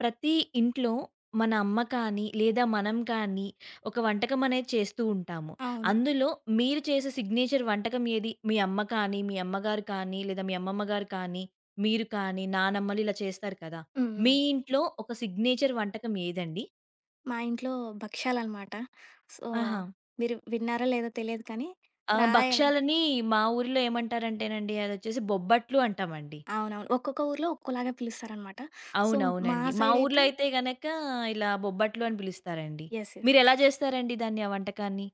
ప్రతి ఇంట్లో మన అమ్మ కానీ, లేదా మనం కానీ ఒక వంటకం అనేది చేస్తూ ఉంటాము. అవును. అందులో మీరు చేసే సిగ్నేచర్ వంటకం ఏది? మీ అమ్మ కానీ, మీ అమ్మగారు కానీ, లేదా మీ అమ్మమ్మ గారు కానీ, మీరు కానీ, నానమ్మలు ఇలా చేస్తారు కదా! హ్మ్. హ్మ్. మీ ఇంట్లో ఒక సిగ్నేచర్ వంటకం ఏదండి? మా ఇంట్లో భక్ష్యాలనమాట. సో, ఆహా! మీరు విన్నారో లేదో తెలియదు కానీ, అవునా? రాయడం. భక్షాలని మా ఊరిలో ఏమంటారంటేనండి అదొచ్చేసి బొబ్బట్లు అంటామండి. అవునవును, ఒక్కొక్క ఊర్లో ఒక్కోలాగా పిలుస్తారనమాట. సో, మా అవునవునండి. మా ఊర్లో సైడయితే అయితే గనక ఇలా బొబ్బట్లు అని పిలుస్తారండి. Yes, yes, yes. మీరెలా చేస్తారండి దాన్ని ఆ వంటకాన్ని?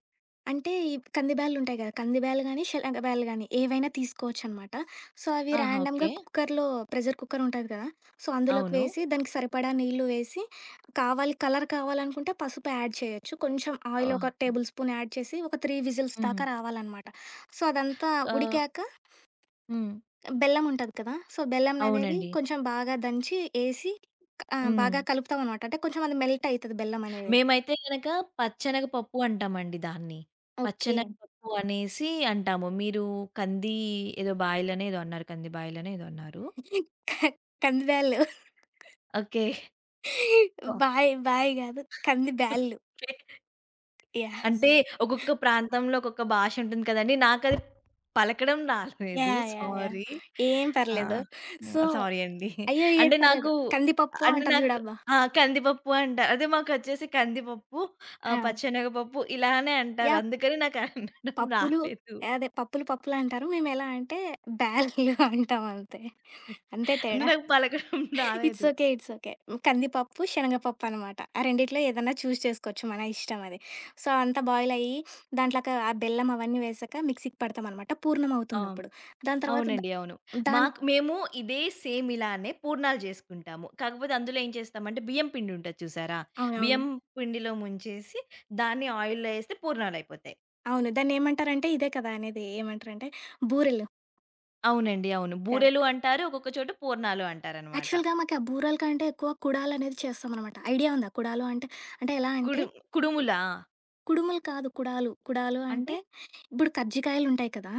అంటే ఈ కంది బ్యాల్లుంటాయి గదా! కంది బ్యాల్లు గానీ, శనగ బ్యాల్లు గానీ ఏవైనా తీసుకోవచ్చనమాట. సో, అవి ఆహా! ఓకే. ర్యాండమ్‌గా కుక్కర్‌లో, ప్రెషర్ కుక్కరుంటది కదా! సో, అందులోకి అవును. వేసి దానికి సరిపడా నీళ్ళు వేసి, కావాలి కలర్ కావాలనుకుంటే పసుపు యాడ్ చేయొచ్చు. కొంచెం ఆయిల్ ఆహ్, ఒక టేబుల్ స్పూన్ యాడ్ చేసి ఒక 3 విజిల్స్ హుహు. దాకా రావాలనమాట. సో, అదంతా ఆహ్, ఉడికాక హ్మ్. బెల్లముంటది కదా! సో, బెల్లంననేది అవునండి. కొంచెం బాగా దంచి ఏసి హ్మ్. బాగా కలుపుతామనమాట. అంటే కొంచెం అది మెల్ట్ అయితది బెల్లమనేది. మేమైతే గనక పచ్చనగ పప్పు అంటామండి దాన్ని. ఓకే. పచ్చనగ పప్పు అనేసి అంటాము. మీరు కంది ఏదో బాయిలనో ఏదో అన్నారు. కంది బాయిలనో ఏదో అన్నారు. కంది బ్యాల్లు. ఓకే. బాయి బాయి గాదు, కంది బ్యాళ్ళు. ఓహ్! యాహ్! అంటే ఒక్కొక్క ప్రాంతంలో ఒక్కొక్క భాష ఉంటుంది కదండీ. నాకది పలకడం రాలేదు. యాహ్! యాహ్! యాహ్! సారీ. ఏం ఆ! పర్లేదు. హ్మ్. సో సారీ అండి. అయ్యో! ఏం అంటే పర్లేదు. నాకు కందిపప్పు అంటే అంటారు నాకు జూడబ్బా! ఆ! కందిపప్పు అంటారు. అదే మాకొచ్చేసి కందిపప్పు, ఆ! పచ్చెనగపప్పు ఇలానే అంటారు. యాహ్! అందుకని నాకు అనడం పప్పులు, రాలేదు. అదే పప్పులు పప్పులంటారు. మేమెలా అంటే బ్యాళ్ళు అంటాం అంతే. అంతే అంటే తేడా. నాకు పలకడం ఇట్స్ రాలేదు. Okay, it's okay. కందిపప్పు, శనగపప్పు అనమాట. ఆ రెండిట్లో ఏదన్నా చూజ్ చేసుకోవచ్చు, మన ఇష్టం అది. సో, అంతా బాయిల్ అయ్యి దాంట్లోకి ఆ బెల్లం అవన్నీ వేసాక మిక్సీకి పడతామనమాట. పూర్ణం ఆ! అవుతుందప్పుడు. దాని తర్వాత ద అవునండి. అవును. దాని మాకు మేము ఇదే సేమ్ ఇలానే పూర్ణాలు చేసుకుంటాము. కాకపోతే అందులో ఏం చేస్తామంటే బియ్యం పిండి ఉంటది చూసారా? అవునవును, బియ్యం పిండిలో ముంచేసి దాన్ని ఆయిల్‌లో ఏస్తే పూర్ణాలయిపోతాయి. అవును. దాన్నేమంటారంటే ఇదే కదా అనేది, ఏమంటారంటే బూరెలు. అవునండి. అవును. బూరెలు కరెక్ట్. అంటారు. ఒక్కొక్క చోట పూర్ణాలు అంటారనమాట. యాక్చువల్‌గా మాకు ఆ బూరెల కంటే ఎక్కువ కుడాలనేది చేస్తామనమాట. ఐడియా ఉందా కుడాలు అంటే? అంటే ఎలా అంటే కుడు కుడుములా? కుడుములు కాదు, కుడాలు. కుడాలు అంటే అంటే ఇప్పుడు కజ్జికాయలుంటాయి కదా!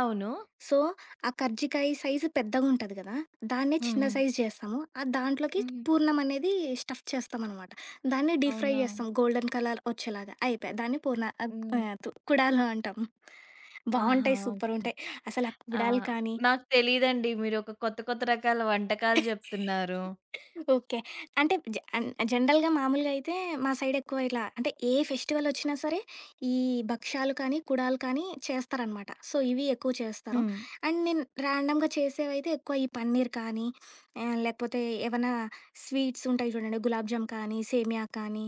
అవును. సో, ఆ కజ్జికాయ సైజు పెద్దగుంటది కదా! దాన్నే హ్మ్. చిన్న హ్మ్. సైజు చేస్తాము. ఆ దాంట్లోకి హుహు. పూర్ణం అనేది స్టఫ్ చేస్తామనమాట. దాన్ని డీప్ ఫ్రై అవునా? చేస్తాం గోల్డెన్ కలర్ వచ్చేలాగా. అయిపాయ్. దాన్ని పూర్ణ ఆహ్, హ్మ్. ఆహ్, కుడాలు అంటాం. ఆహా! బావుంటాయి, సూపరుంటాయి. అసలు ఆ ఆ! కుడాలు కానీ నాకు తెలీదండి. మీరొక కొత్త కొత్త రకాల వంటకాలు జెప్తున్నారు. ఓకే. అంటే జ అన్ జనరల్‌గా మామూలుగా అయితే మా సైడ్ ఎక్కువ ఇలా అంటే, ఏ ఫెస్టివల్ వచ్చినా సరే ఈ భక్షాలు కానీ, కుడాలు కానీ చేస్తారనమాట. సో, ఇవి ఎక్కువ చేస్తారు. హ్మ్. అండ్ నేను ర్యాండమ్‌గా చేసేవైతే ఎక్కువ ఈ పన్నీర్ కానీ, లేకపోతే ఏవన్నా స్వీట్స్ ఉంటాయి చూడండి. గులాబ్ జామ్ కానీ, సేమియా కానీ,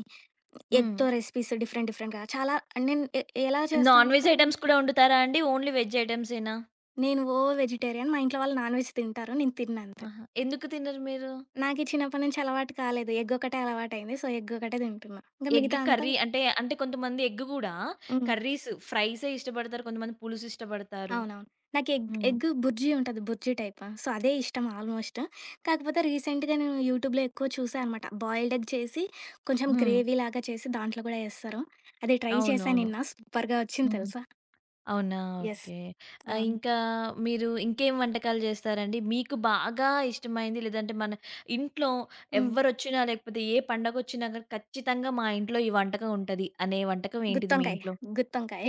హ్మ్. ఎగ్‌తో రెసిపీస్ డిఫరెంట్ డిఫరెంట్‌గా చాలా. నేను ఎ ఎలా నాన్ వెజ్ చేస్తానంటే ఐటెమ్స్ కూడా వండుతారా అండి? ఓన్లీ వెజ్ ఐటెమ్సేనా? నేను ఓ వెజిటేరియన్. మా ఇంట్లో వాళ్ళు నాన్ వెజ్ తింటారు, నేను తినను అంతే. ఆహా! ఎందుకు తినరు మీరు? నాకి చిన్నప్పటి నుంచి అలవాటు కాలేదు. ఎగ్ ఒకటే అలవాటయింది. సో, ఎగ్ ఒకటే తింటున్నా. ఇంక ఎగ్ మిగతా అంతా కర్రీ అంటే, అంటే కొంతమంది ఎగ్ గూడా హ్మ్. కర్రీస్, ఫ్రైసే ఇష్టపడతారు. కొంతమంది పులుసు ఇష్టపడతారు. అవునవును. నాకు ఎగ్ హ్మ్. ఎగ్ బుర్జీ ఉంటది, బుర్జీ టైప్. సో, అదే ఇష్టం ఆల్మోస్ట్. కాకపోతే రీసెంట్‌గా నేను యూట్యూబ్‌లో ఎక్కువ చూసా అనమాట. బాయిల్డ్ ఎగ్ చేసి కొంచెం హ్మ్. గ్రేవీ లాగా చేసి దాంట్లో గూడా ఏస్తారు. అది ట్రై చేశా అవునవును. నిన్న, సూపర్‌గా వచ్చింది హుహు. తెలుసా! అవునా? యెస్. ఓకే. ఆ! ఇంకా మీరు ఇంకేం వంటకాలు జేస్తారండి? మీకు బాగా ఇష్టమైంది లేదంటే మన ఇంట్లో హ్మ్. ఎవ్వరొచ్చినా లేకపోతే ఏ పండగొచ్చినా గాని ఖచ్చితంగా మా ఇంట్లో ఈ వంటకం ఉంటది అనే వంటకం ఏంటిది మీ గుత్తొంకాయ, ఇంట్లో? గుత్తొంకాయ.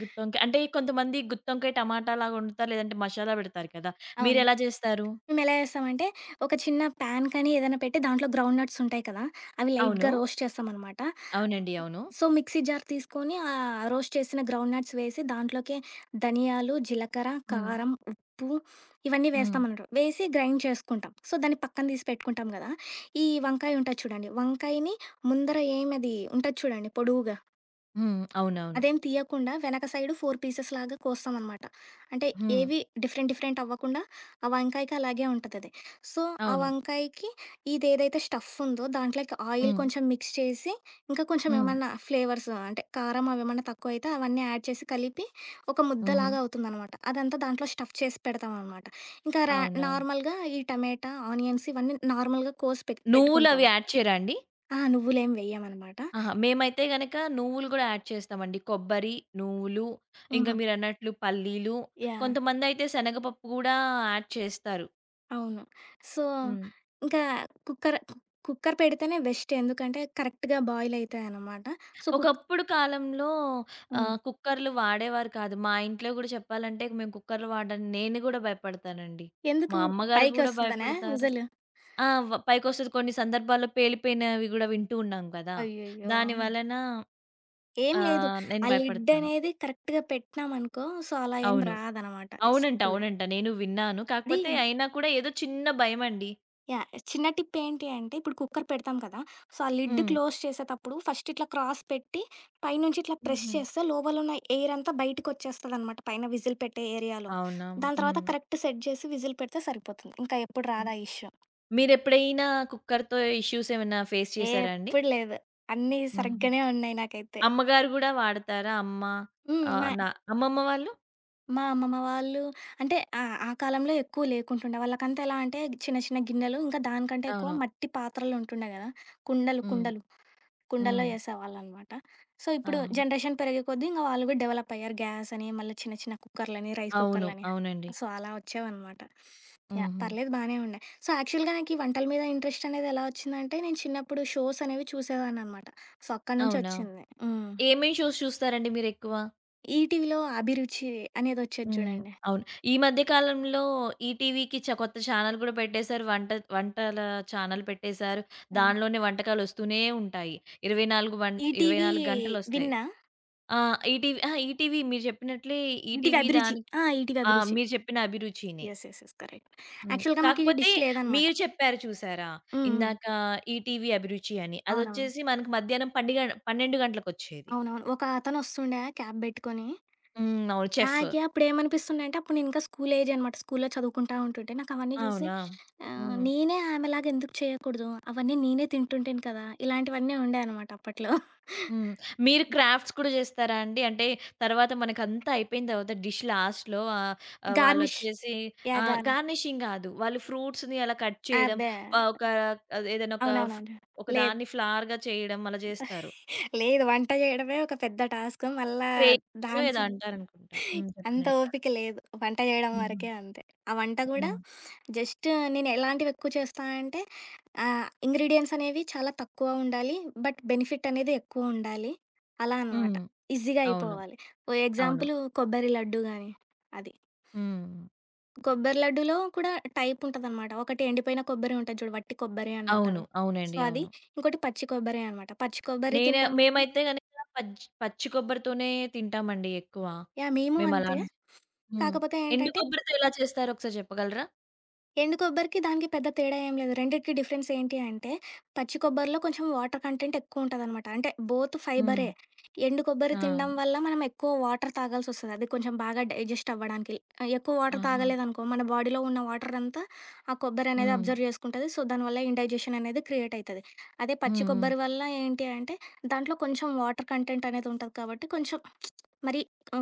గుత్తొంకాయ అంటే కొంతమంది గుత్తొంకాయ టమాటా లాగా వండుతారు. లేదంటే మసాలా పెడతారు కదా! అవును. మీరెలా జేస్తారు? మేమెలా చేస్తామంటే, ఒక చిన్న పాన్ కానీ ఏదైనా పెట్టి దాంట్లో గ్రౌండ్ నట్స్ ఉంటాయి కదా! అవి అవును. లైట్‌గా రోస్ట్ చేస్తామనమాట. అవునండి. అవును. సో, మిక్సీ జార్ తీసుకొని రోస్ట్ చేసిన గ్రౌండ్ నట్స్ వేసి దాంట్లోకే ధనియాలు, జీలకర్ర, హ్మ్. కారం, ఉప్పు ఇవన్నీ హ్మ్. వేస్తామన్నమాట. వేసి గ్రైండ్ చేసుకుంటాం. సో, దాన్ని పక్కన తీసి పెట్టుకుంటాం గదా! ఈ వంకాయ ఉంటది చూడండి, వంకాయని ముందర ఏమది ఉంటది చూడండి పొడువుగా. హ్మ్. అవునవును. అదేం తీయకుండా వెనక సైడు 4 పీసెస్ లాగా కోస్తామనమాట. అంటే హ్మ్. ఏవి డిఫరెంట్ డిఫరెంట్ అవ్వకుండా ఆ వంకాయకి అలాగే ఉంటదది. సో, ఆ అవును. వంకాయకి ఇదేదైతే స్టఫ్ ఉందో దాంట్లోకి ఆయిల్ హ్మ్. కొంచెం మిక్స్ చేసి, ఇంకా కొంచెం హ్మ్. ఏమన్నా ఫ్లేవర్స్ అంటే కారం అవేమన్నా తక్కువైతే అవన్నీ యాడ్ చేసి కలిపి ఒక హుహు. ముద్దలాగా అవుతుందనమాట. అదంతా దాంట్లో స్టఫ్ చేసి పెడతామనమాట. ఇంకా రా అవునా? నార్మల్‌గా ఈ టమాటా, ఆనియన్స్ ఇవన్నీ నార్మల్‌గా కోసి నువ్వులవి పెట్టుకుంటాం. యాడ్ చేయరా అండి? ఆ! నువ్వులేం వేయమనమాట. ఆహా! మేమైతే గనక నువ్వులు గూడా యాడ్ చేస్తామండి. కొబ్బరి, నువ్వులు ఇంకా హుహు. మీరన్నట్లు పల్లీలు, యాహ్! కొంతమందయితే శనగపప్పు గూడా యాడ్ చేస్తారు. అవును. సో, హ్మ్. ఇంకా కుక్కర్ కుక్కర్ పెడితేనే బెస్ట్. ఎందుకంటే కరెక్ట్‌గా బాయిల్ అయితాయనమాట. సో, కుక్ ఒకప్పుడు కాలంలో హ్మ్. కుక్కర్‌లు వాడేవారు కాదు. మా ఇంట్లో గూడా చెప్పాలంటే మేము కుక్కర్‌లు వాడడానికి నేను గూడా భయపడతానండి. మా ఎందుకు అమ్మగారు గూడా పైకొస్తదనా భయపడతారు. విజిల్? ఆ! పైకొస్తది కొన్ని సందర్భాల్లో పేలిపోయినవి గూడా వింటూ ఉన్నాం గదా! అయ్యయ్యో! ఆ! దాని వలన ఏం లేదు. నేను ఆ హ్మ్. లిడ్ భయపడతాను. అనేది కరెక్ట్‌గా పెట్టినామనుకో, సో, అలా ఏం అవును. రాదనమాట. అవునంట. సింపుల్. అవునంట. నేను విన్నాను. అది కాకపోతే అయినా కూడా ఏదో చిన్న భయమండి. యాహ్! చిన్న టిప్ ఏంటి అంటే, ఇప్పుడు కుక్కర్ పెడతాం కదా! సో, ఆ లిడ్ హ్మ్. క్లోజ్ చేసేటప్పుడు ఫస్ట్ ఇట్లా క్రాస్ పెట్టి, పైనుంచి ఇట్లా ప్రెస్ హుహు. చేస్తే లోపల ఉన్న ఎయిర్ అంతా బయటికొచ్చేస్తదనమాట, పైన విజిల్ పెట్టే ఏరియాలో. అవునా? దాని హ్మ్. తర్వాత కరెక్ట్ సెట్ చేసి విజిల్ పెడితే సరిపోతుంది. ఇంకా ఎప్పుడు హ్మ్. రాదు ఆ ఇష్యూ. మీరెప్పుడైనా కుక్కర్‌తో ఇష్యూస్ ఏమైనా ఫేస్ చేసారా అండి? ఎప్పుడు లేదు, అన్నీ హుహు. సరిగ్గానే ఉన్నాయి నాకైతే. అమ్మగారు గూడా వాడతారా? అమ్మ హ్మ్. ఆహ్, మా నా అమ్మమ్మ వాళ్ళు? మా అమ్మమ్మ వాళ్ళు అంటే ఆ కాలంలో ఎక్కువ లేకుంటుండే. వాళ్ళకంతా ఎలా అంటే చిన్న చిన్న గిన్నెలు, ఇంకా దానికంటే ఎక్కువ అవును. మట్టి పాత్రలుంటుండే కదా! కుండలు హ్మ్. కుండలు, కుండల్లో హ్మ్. చేసేవాళ్ళనమాట. సో, ఆ! ఇప్పుడు జనరేషన్ పెరిగే కొద్దీ ఇంక వాళ్ళు కూడా డెవలప్ అయ్యారు. గ్యాస్ అని, మళ్ళీ చిన్న చిన్న కుక్కర్‌లని, రైస్ అవును. కుక్కర్‌లని. అవునండి. సో, అలా వచ్చేవనమాట. యాహ్! హుహు. పర్లేదు బానే ఉండే. సో, యాక్చువల్‌గా నాకీ వంటల మీద ఇంట్రెస్ట్ అనేది ఎలా వచ్చిందంటే, నేను చిన్నప్పుడు షోస్ అనేవి చూసేదాన్ననమాట. సో, అక్కడి నుంచి అవునా? వచ్చింది. హ్మ్. ఏమేం షోస్ చూస్తారండి మీరెక్కువ? ఈటీవీలో 'అభిరుచి' అనేదొచ్చేది హ్మ్. చూడండి. అవును. ఈ మధ్య కాలంలో ఈటీవీకి కొత్త ఛానెల్ గూడా పెట్టేసారు. వంటల ఛానెల్ పెట్టేసారు. ఆ! దానిలోనే వంటకాలొస్తూనే ఉంటాయి. 24 వం ఈటీవీ 24 గంటలొస్తాయి. విన్నా. ఆ! ఈటీవీ అహా! ఈటీవీ మీరు చెప్పినట్లే ఈటీవీ ఈటీవీ అభిరుచి. దానికి ఆ! ఈటీవీ ఆ! అభిరుచి. మీరు చెప్పిన అభిరుచినే. Yes, yes, yes, correct. Hmm. యాక్చువల్‌గా మాకీ కాకపోతే డిష్ లేదనమాట. మీరు చెప్పారు చూసారా? హ్మ్. హ్మ్. ఇందాక ఈటీవీ అభిరుచి అని. అవునవును. అదొచ్చేసి మనకు మధ్యాహ్నం పండిగ 12 గంటలకొచ్చేది. అవునవును. ఒక అతనొస్తుండే క్యాప్ బెట్టుకొని. హ్మ్. అవును. చెఫ్. నాకే అప్పుడేమనిపిస్తుండే అంటే, అప్పుడు నేనింకా స్కూల్ ఏజ్ అనమాట, స్కూల్‌లో చదువుకుంటా ఉంటుంటే. నాకవన్నీ జూసి అవునా? హ్మ్. నేనే ఆమెలాగా ఎందుకు చేయకూడదు? అవన్నీ నేనే తింటుంటేను కదా! ఇలాంటివన్నీ ఉండే అనమాట అప్పట్లో. హ్మ్. మీరు క్రాఫ్ట్స్ కూడా జేస్తారా అండి? అంటే తర్వాత మనకంతా అయిపోయిన తర్వాత డిష్ లాస్ట్‌లో ఆహ్, ఆహ్, గార్మిష్. వాళ్ళొచ్చేసి యాహ్! గార్ గార్నిషింగ్ గాదు. వాళ్ళు ఫ్రూట్స్‌ని అలా కట్ చేయడం అబ్బే! ఆహ్, ఒక అది ఏదైనా ఫ్ అవునవునండి. ఒక లేదు, దాన్ని ఫ్లవర్‌గా చేయడం అలా జేస్తారు. లేదు, వంట జేయడమే ఒక పెద్ద టాస్క్. మళ్ళా క్రేయానో ఏదో దాంట్లో అంటారనుకుంటా. హ్మ్. అంత చెప్పండండి. క్రాఫ్ట్. ఓపిక లేదు. వంట జేయడం హ్మ్. వరకే అంతే. ఆ వంట గూడా హ్మ్. జస్ట్ నేను ఎలాంటివి ఎక్కువ చేస్తా అంటే, ఇంగ్రీడియెంట్స్ అనేవి చాలా తక్కువ ఉండాలి, బట్ బెనిఫిట్ అనేది ఎక్కువ ఉండాలి. అలా అనమాట. హ్మ్. ఈజీగా అవును. అయిపోవాలి. ఓ అవును. ఎగ్జాంపుల్ కొబ్బరి లడ్డు గాని అది. హ్మ్. కొబ్బరి లడ్డులో కూడా టైప్ ఉంటదనమాట. ఒకటి ఎండిపోయిన కొబ్బరి ఉంటది చూడు, వట్టి కొబ్బరి అని అవును. అంటారు. సో, అవునండి. అది. అవును. ఇంకోటి పచ్చి కొబ్బరి అనమాట. పచ్చి కొబ్బరి తినడం వల్ల మేమైతే గనక పచ్చి పచ్చి కొబ్బరితోనే తింటామండి ఎక్కువ. యాహ్! మేము అంతే. మేమలానే హ్మ్. కాకపోతే ఎండు ఏంటంటే కొబ్బరితో ఎలా చేస్తారో ఒకసారి చెప్పగలరా? ఎండు కొబ్బరికి, దానికి పెద్ద తేడా ఏం లేదు. రెండిటికి డిఫరెన్స్ ఏంటి అంటే, పచ్చి కొబ్బరిలో కొంచెం వాటర్ కంటెంట్ ఎక్కువుంటదనమాట. అంటే బోత్ హ్మ్. ఫైబరే. ఎండు కొబ్బరి ఆ! తినడం వల్ల మనం ఎక్కువ వాటర్ తాగాల్సొస్తది, అది కొంచెం బాగా డైజెస్ట్ అవ్వడానికి. ఎక్కువ వాటర్ ఆహా! తాగలేదనుకో, మన బాడీలో ఉన్న వాటరంతా ఆ కొబ్బరనేది హ్మ్. అబ్జర్వ్ జేసుకుంటది. సో, దానివల్ల ఇండైజెషన్ అనేది క్రియేట్ అయితది. అదే హ్మ్. పచ్చి హ్మ్. కొబ్బరి వల్ల ఏంటి అంటే, దాంట్లో కొంచెం వాటర్ కంటెంట్ అనేది ఉంటది కాబట్టి, కొంచెం మరి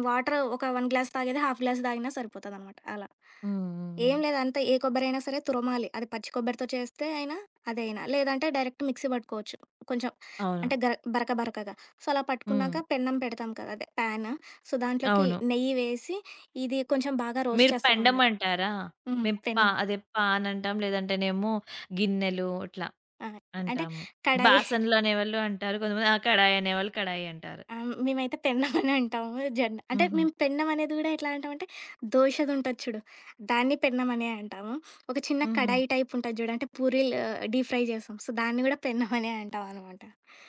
వాటర్ ఒక 1 గ్లాస్ తాగేది హాఫ్ గ్లాస్ తాగినా సరిపోతదనమాట అలా. హ్మ్. హ్మ్. హ్మ్. ఏం లేదు, అంతా ఏ కొబ్బరైనా సరే తురమాలి. అది పచ్చి కొబ్బరితో చేస్తే అయినా, అదే అయినా. లేదంటే డైరెక్ట్ మిక్సీ పట్టుకోవచ్చు. కొంచెం అవును. అంటే గర బరక బరకగా. సో, అలా హ్మ్. పట్టుకున్నాక పెన్నం పెడతాం కదా! అదే పాన్. సో, దాంట్లోకి అవును. నెయ్యి వేసి ఇది కొంచెం బాగా రోస్ట్ మీరు పెండం చేస్తామనమాట. అంటారా? హ్మ్. మేము పా పెన్నం. అదే పాన్ అంటాం. లేదంటేనేమో గిన్నెలు ఇట్లా ఆ! అంటే అంటాము. కడాయి. బాసన్లు అనేవాళ్ళు అంటారు. కొంతమంది ఆ! కడాయి అనేవాళ్ళు కడాయి అంటారు. ఆ! మేమైతే పెన్నం అనే అంటాము. జెండా అంటే హుహు. మేము పెన్నం అనేది గూడా ఎట్లా అంటామంటే, దోశది ఉంటది చూడు, దాన్ని పెన్నం అనే అంటాము. ఒక చిన్న హుహు. కడాయి టైప్ ఉంటది జూడు, అంటే పూరీలు డీప్ ఫ్రై చేస్తాం. సో, దాన్ని గూడా పెన్నం అనే అంటామనమాట.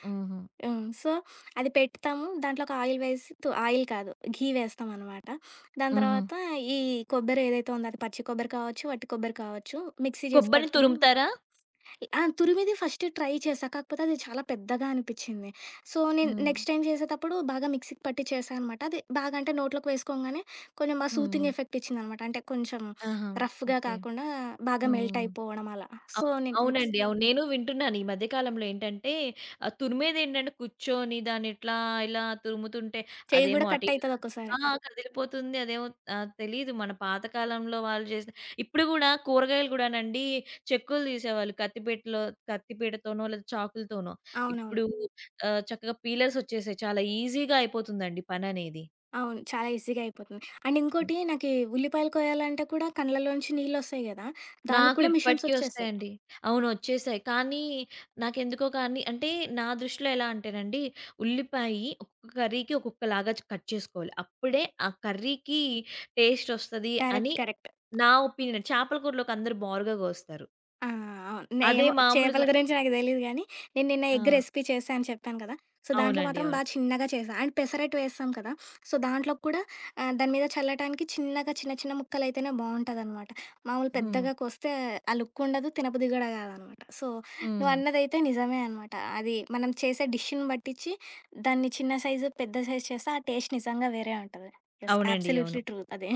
హుహు. హ్మ్. సో, అది పెడతాము. దాంట్లో ఒక ఆయిల్ వేసి, ఆయిల్ కాదు ఘీ వేస్తామనమాట. దాని హుహు. తర్వాత ఈ కొబ్బరి ఏదైతే ఉందో, అది పచ్చి కొబ్బరి కావచ్చు, వట్టి కొబ్బరి కావచ్చు, మిక్సీ చేసి కొబ్బరిని పట్టిన. తురుముతారా? ఆ! తురిమిది ఫస్ట్ ట్రై చేశా. కాకపోతే అది చాలా పెద్దగా అనిపిచ్చింది. సో, నేను హ్మ్. నెక్స్ట్ టైమ్ చేసేటప్పుడు బాగా మిక్సీకి పట్టి చేశా అనమాట. అది బాగా అంటే నోట్లోకి వేసుకోంగానే కొంచెం హ్మ్. సూతింగ్ ఎఫెక్ట్ ఇచ్చిందనమాట. అంటే కొంచెం ఆహా! రఫ్‌గా ఓకే. కాకుండా బాగా మెల్ట్ హ్మ్. అయిపోవడం అలా. సో, అవ్ నేను నెక్స్ట్ అవునండి. అవును. నేను వింటున్నాను ఈ మధ్య కాలంలో ఏంటంటే తురిమేదేంటంటే కూర్చొని దాన్ని ఇలా తురుముతుంటే చెయ్యి గూడా అదేమో అటు కట్ ఇటు క అయితది ఒక్కోసారి. ఆ! కదిలిపోతుంది. అదేమో తెలీదు మన పాతకాలంలో వాళ్ళు చేసిన ఇప్పుడు గూడా కూరగాయలు గూడానండి చెక్కులు తీసేవాళ్ళు కత్తిపీటలో కత్తిపీటతోనో లేదా చాకులతోనో. అవునవును, ఇప్పుడు చక్కగా పీలర్స్ వచ్చేసాయి. చాలా ఈజీగా అయిపోతుందండి పననేది. అవును, చాలా ఈజీగా అయిపోతుంది. అండ్ ఇంకోటి నాకీ, ఉల్లిపాయలు కోయాలంటే కూడా కండ్లలోంచి నీళ్ళొస్తాయి గదా! దానికి నాకు కూడా ఇప్పటికి మిషన్సొచ్చేసాయి. వస్తాయండి. అవును వచ్చేసాయి. కానీ నాకెందుకో కానీ అంటే నా దృష్టిలో ఎలా అంటేనండి, ఉల్లిపాయి ఒక్కొక్క కర్రీకి ఒక్కొక్కలాగా కట్ చేసుకోవాలి. అప్పుడే ఆ కర్రీకి టేస్ట్ వస్తది అని కరెక్ట్, కరెక్ట్. నా ఒపీనియన్. చేపల కూరలోకి అందరూ బారుగా కోస్తారు. ఆ! అవును. నే అదే ఏమో చేపల మామూలుగా గురించి నాకు తెలీదు గానీ, నేను నిన్న ఎగ్ ఆ! రెసిపీ చేశా అని చెప్పాను కదా! సో, దాంట్లో అవునండి. మాత్రం అవును. చిన్నగా చేశా. అండ్ పెసరట్టు వేస్తాం కదా! సో, దాంట్లో కూడా దాని మీద చల్లటానికి చిన్నగా చిన్న చిన్న ముక్కలైతేనే బావుంటదనమాట. మామూలు హ్మ్. పెద్దగా కోస్తే ఆ లుక్ ఉండదు, తినబుద్ధి గూడా కాదనమాట. సో, హ్మ్. నువ్వన్నదైతే నిజమే అనమాట. అది మనం చేసే డిష్‌ని బట్టిచ్చి దాన్ని చిన్న సైజు, పెద్ద సైజు చేస్తే ఆ టేస్ట్ నిజంగా వేరే ఉంటది. యెస్, అవునండి. అవును. అబ్సల్యూట్‌లీ ట్రూ అదే.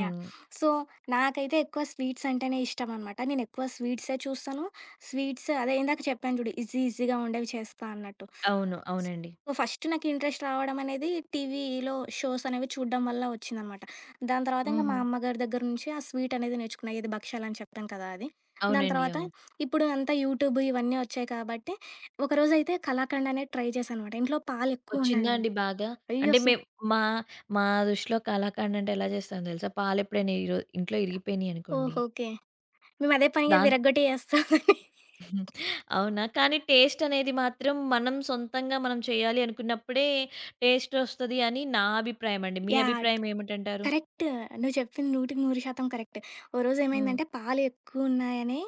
యాహ్! సో నాకైతే ఎక్కువ స్వీట్స్ అంటేనే ఇష్టం అనమాట. నేను ఎక్కువ స్వీట్సే చూస్తాను. స్వీట్స్, అదే ఇందాక చెప్పాను చూడు ఈజీ ఈజీగా ఉండేవి చేస్తా అన్నట్టు. అవును. అవునండి. సో, ఫస్ట్ నాకు ఇంట్రెస్ట్ రావడం అనేది టీవీలో షోస్ అనేవి చూడడం వల్ల వచ్చిందనమాట. దాని తర్వాత ఇంక హుహు. మా అమ్మగారి దగ్గర నుంచి ఆ స్వీట్ అనేది నేర్చుకున్నా. ఏది భక్షాలు అని చెప్పాను కదా! అది. దాని అవునండి. తర్వాత అవును. ఇప్పుడు అంతా యూట్యూబ్ ఇవన్నీ వచ్చాయి కాబట్టి, ఒకరోజైతే కళాకండ్ అనేది ట్రై చేశా అనమాట. ఇంట్లో పాలు ఎక్కువ వచ్చిందా ఉన్నాయనమాట. అండి బాగా? అయ్యో! అంటే మేం మా మా దృష్టిలో కళాఖండ్ అంటే ఎలా చేస్తామో తెలుసా? పాలెప్పుడైనా ఈరో ఇంట్లో ఇరిగిపోయినియనుకోండి. ఓహ్! ఓకే. మేము అదే పనిగా దాన్ విరగ్గొట్టి చేస్తామని. అవునా? కానీ టేస్ట్ అనేది మాత్రం మనం సొంతంగా మనం చేయాలి అనుకున్నప్పుడే టేస్ట్ ఒస్తది అని నా అభిప్రాయం అండి. మీ యాహ్! అభిప్రాయం ఏమిటంటారు? కరెక్ట్. నువ్వు చెప్పింది 100% కరెక్ట్. ఓ హ్మ్. రోజేమైందంటే పాలెక్కువున్నాయని,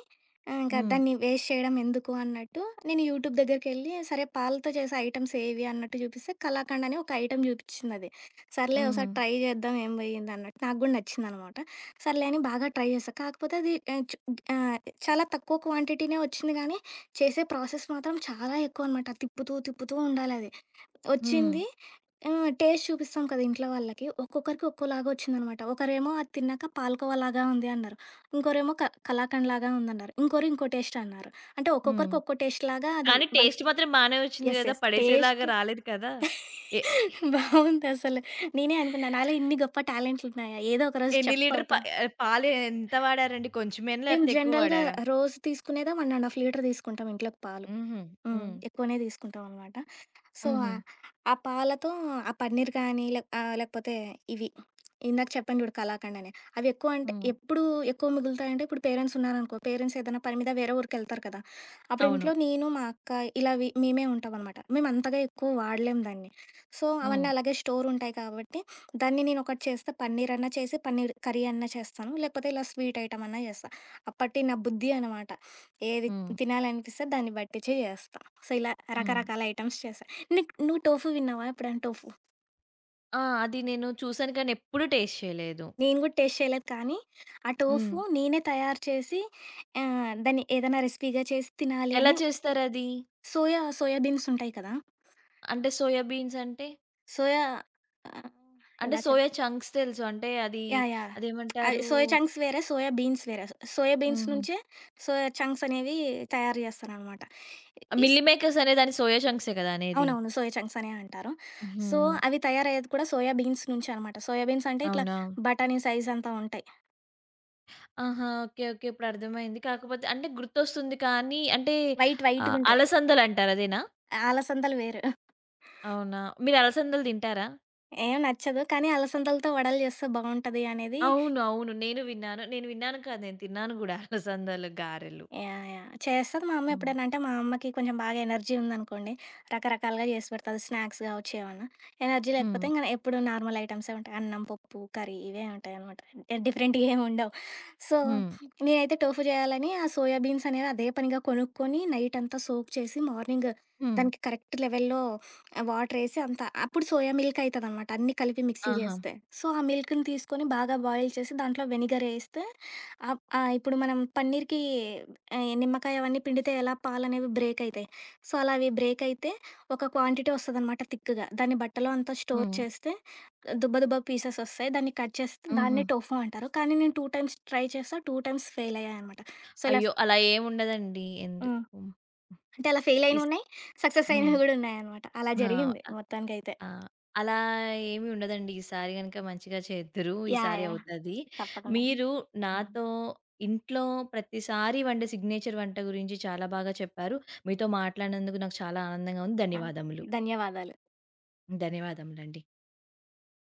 ఇంకా హ్మ్. దాన్ని వేస్ట్ చేయడం ఎందుకు అన్నట్టు నేను యూట్యూబ్ దగ్గరికెళ్ళి, సరే పాలతో చేసే ఐటెమ్స్ ఏవి అన్నట్టు చూపిస్తే కలాకండ్ అని ఒక ఐటెమ్ చూపిచ్చిందది. సర్లే హుహు. ఒకసారి ట్రై చేద్దాం ఏం పోయిందన్నట్టు. నాకు గూడా నచ్చిందనమాట. సర్లే అని బాగా ట్రై చేశా. కాకపోతే అది ఆహ్, చాలా తక్కువ క్వాంటిటీనే వచ్చింది గానీ, చేసే ప్రాసెస్ మాత్రం చాలా ఎక్కువనమాట. తిప్పుతూ తిప్పుతూ ఉండాలది. హ్మ్. వచ్చింది. టేస్ట్ చూపిస్తాం కదా ఇంట్లో వాళ్ళకి. ఒక్కొక్కరికి ఒక్కోలాగా వచ్చిందనమాట. ఒకరేమో అది తిన్నాక పాలకోవాలాగా ఉంది అన్నారు. ఇంకోరేమో కలాకండ్‌లాగా ఉందన్నారు. ఇంకోరు ఇంకో టేస్ట్ అన్నారు. అంటే హ్మ్. ఒక్కొక్కరికి ఒక్కో టేస్ట్‌లాగా అది కానీ వాళ్ళు. టేస్ట్ మాత్రం బానే వచ్చింది యెస్, గదా! యెస్. పడేసేలాగా టేస్ట్ రాలేదు కదా! ఎ బావుందసలు. నేనే అనుకున్నా నాలో ఇన్ని గొప్ప టాలెంట్లున్నాయా? ఏదో ఒకరోజు ఎన్ని చెఫ్ లీటర్ ప అవుతాం. పాలు ఎంత వాడారండి? కొంచెమేనా? మేము లేపోతే ఎక్కువ జనరల్‌గా వాడారా? రోజు తీసుకునేదే 1 ½ లీటర్ తీసుకుంటాం ఇంట్లోకి పాలు. హుహు. హ్మ్, హ్మ్. ఎక్కువనే తీసుకుంటామనమాట. సో, హుహు. ఆ పాలతో ఆ పన్నీర్ కానీ, లేకపోతే ఇవి, ఇందాక చెప్పాను చూడు కలాకండ్ అని. అవి ఎక్కువ అంటే హ్మ్. ఎప్పుడు ఎక్కువ మిగులుతాయంటే, ఇప్పుడు పేరెంట్స్ ఉన్నారనుకో, పేరెంట్స్ ఏదైనా పని మీద వేరే ఊరికెళ్తారు కదా! అప్పుడు అవును. ఇంట్లో నేను, మా అక్క ఇలా మేమే ఉంటామనమాట. మేము అంతగా ఎక్కువ వాడలేం దాన్ని. సో, అవన్నీ హ్మ్. అలాగే స్టోర్ ఉంటాయి కాబట్టి దాన్ని నేను ఒకటి చేస్తే పన్నీర్ అన్నా చేసి, పన్నీర్ కర్రీ అన్నా చేస్తాను. లేకపోతే ఇలా స్వీట్ ఐటెమ్ అన్నా చేస్తా. అప్పటి నా బుద్ధి అనమాట. ఏది హ్మ్. తినాలనిపిస్తే దాన్ని బట్టించి చేస్తా. సో, ఇలా హ్మ్. రకరకాల ఐటెమ్స్ చేశా. నీకు నువ్వు టోఫు విన్నావా ఎప్పుడైనా, టోఫు? ఆ! అది నేను చూసాను కానీ ఎప్పుడు టేస్ట్ చేయలేదు. నేను గూడా టేస్ట్ చేయలేదు కానీ, ఆ హ్మ్. టోఫు నేనే తయారు చేసి దాన్ని ఏదైనా రెసిపీగా చేసి తినాలి ఎలా అని. చేస్తారది? సోయా సోయా బీన్స్ ఉంటాయి కదా! అంటే సోయా బీన్స్ అంటే? సోయా ఆహ్, అంటే ఎలా చెప్ సోయా చంక్స్ తెలుసు. అంటే అది యాహ్! యాహ్! అది అదేమంటారు? సోయా చంక్స్ వేరే, సోయా బీన్స్ వేరే. సోయా బీన్స్ హుహు. నుంచే సోయా చంక్స్ అనేవి తయారు చేస్తారనమాట. ఇస్ మిల్లీ మేకర్స్ అనే దాన్ని సోయా చంక్సే కదా అనేది. అవునవును, సోయా చంక్స్ అనే అంటారు. సో, హ్మ్. అవి తయారయ్యేది కూడా సోయా బీన్స్ నుంచే అనమాట. సోయా బీన్స్ అంటే ఇట్లా అవునా? బటానీ సైజ్ అంతా ఉంటాయి. ఆహా! ఓకే. ఓకే. ఇప్పుడు అర్థమైంది. కాకపోతే అంటే గుర్తొస్తుంది కానీ అంటే వైట్ వైట్‌గుంటాయి. అలసందలంటారు అదేనా? అలసందలు వేరు. అవునా? మీరు అలసందలు తింటారా? ఏం నచ్చదు, కానీ అలసందలతో వడలు చేస్తే బావుంటది అనేది. అవును. అవును. నేను విన్నాను. నేను విన్నాను కాదు నేను తిన్నాను గూడా అలసందలు, గారెలు. Yeah, yeah! చేస్తది మా అమ్మ హ్మ్. ఎప్పుడైనా. అంటే మా అమ్మకి కొంచెం బాగా ఎనర్జీ ఉందనుకోండి, రకరకాలుగా చేసి పెడతది, స్నాక్స్ కావచ్చు ఏమన్నా. ఎనర్జీ లేకపోతే హ్మ్. ఇంక ఎప్పుడు నార్మల్ ఐటెమ్సే ఉంటాయి, అన్నం, పప్పు, కర్రీ ఇవే ఉంటాయనమాట. డిఫరెంట్‌గా ఏమి ఉండవు. సో, హ్మ్. నేనైతే టోఫు చేయాలని ఆ సోయా బీన్స్ అనేవి అదే పనిగా కొనుక్కొని నైట్ అంతా సోక్ చేసి, మార్నింగ్ హ్మ్. దానికి కరెక్ట్ లెవెల్‌లో వాటరేసి, అంతా అప్పుడు సోయా మిల్క్ అయితదనమాట, అన్నీ కలిపి మిక్సీ ఆహా! చేస్తే. సో, ఆ మిల్క్‌ని తీసుకొని బాగా బాయిల్ చేసి దాంట్లో వెనిగర్ ఏస్తే ఇప్పుడు మనం పన్నీర్‌కి నిమ్మకాయ అవన్నీ పిండితే ఎలా పాలనేవి బ్రేక్ అయితాయి. సో, అలా అవి బ్రేక్ అయితే ఒక క్వాంటిటీ వస్తదనమాట థిక్‌గా. దాన్ని బట్టలో అంతా స్టోర్ హ్మ్. చేస్తే దుబ్బ దుబ్బ పీసెస్ ఒస్తాయి. దాన్ని కట్ చేస్తే హుహు. దాన్నే టోఫు అంటారు. కానీ నేను 2 టైమ్స్ ట్రై చేశా, 2 టైమ్స్ ఫెయిల్ అయ్యాననమాట. సో, ఇలా అయ్యో! అలా ఏముండదండి. హ్మ్. ఎందుకు అంటే అలా ఫెయిల్ ఇస్ అయినవున్నాయి, సక్సెస్ హ్మ్. అయినవి గూడా ఉన్నాయనమాట. అలా జరిగింది ఆ! మొత్తానికైతే. ఆ! అలా ఏమి ఉండదండి. ఈసారి గనక మంచిగా చేద్దురు. యాహ్, ఈసారి యాహ్, అవుతది. తప్పకుండా. మీరు నాతో ఇంట్లో ప్రతిసారి వండే సిగ్నేచర్ వంట గురించి చాలా బాగా చెప్పారు. మీతో మాట్లాడినందుకు నాకు చాలా ఆనందంగా ఉంది. ఆ! ధన్యవాదములు. ధన్యవాదాలు. ధన్యవాదములండి.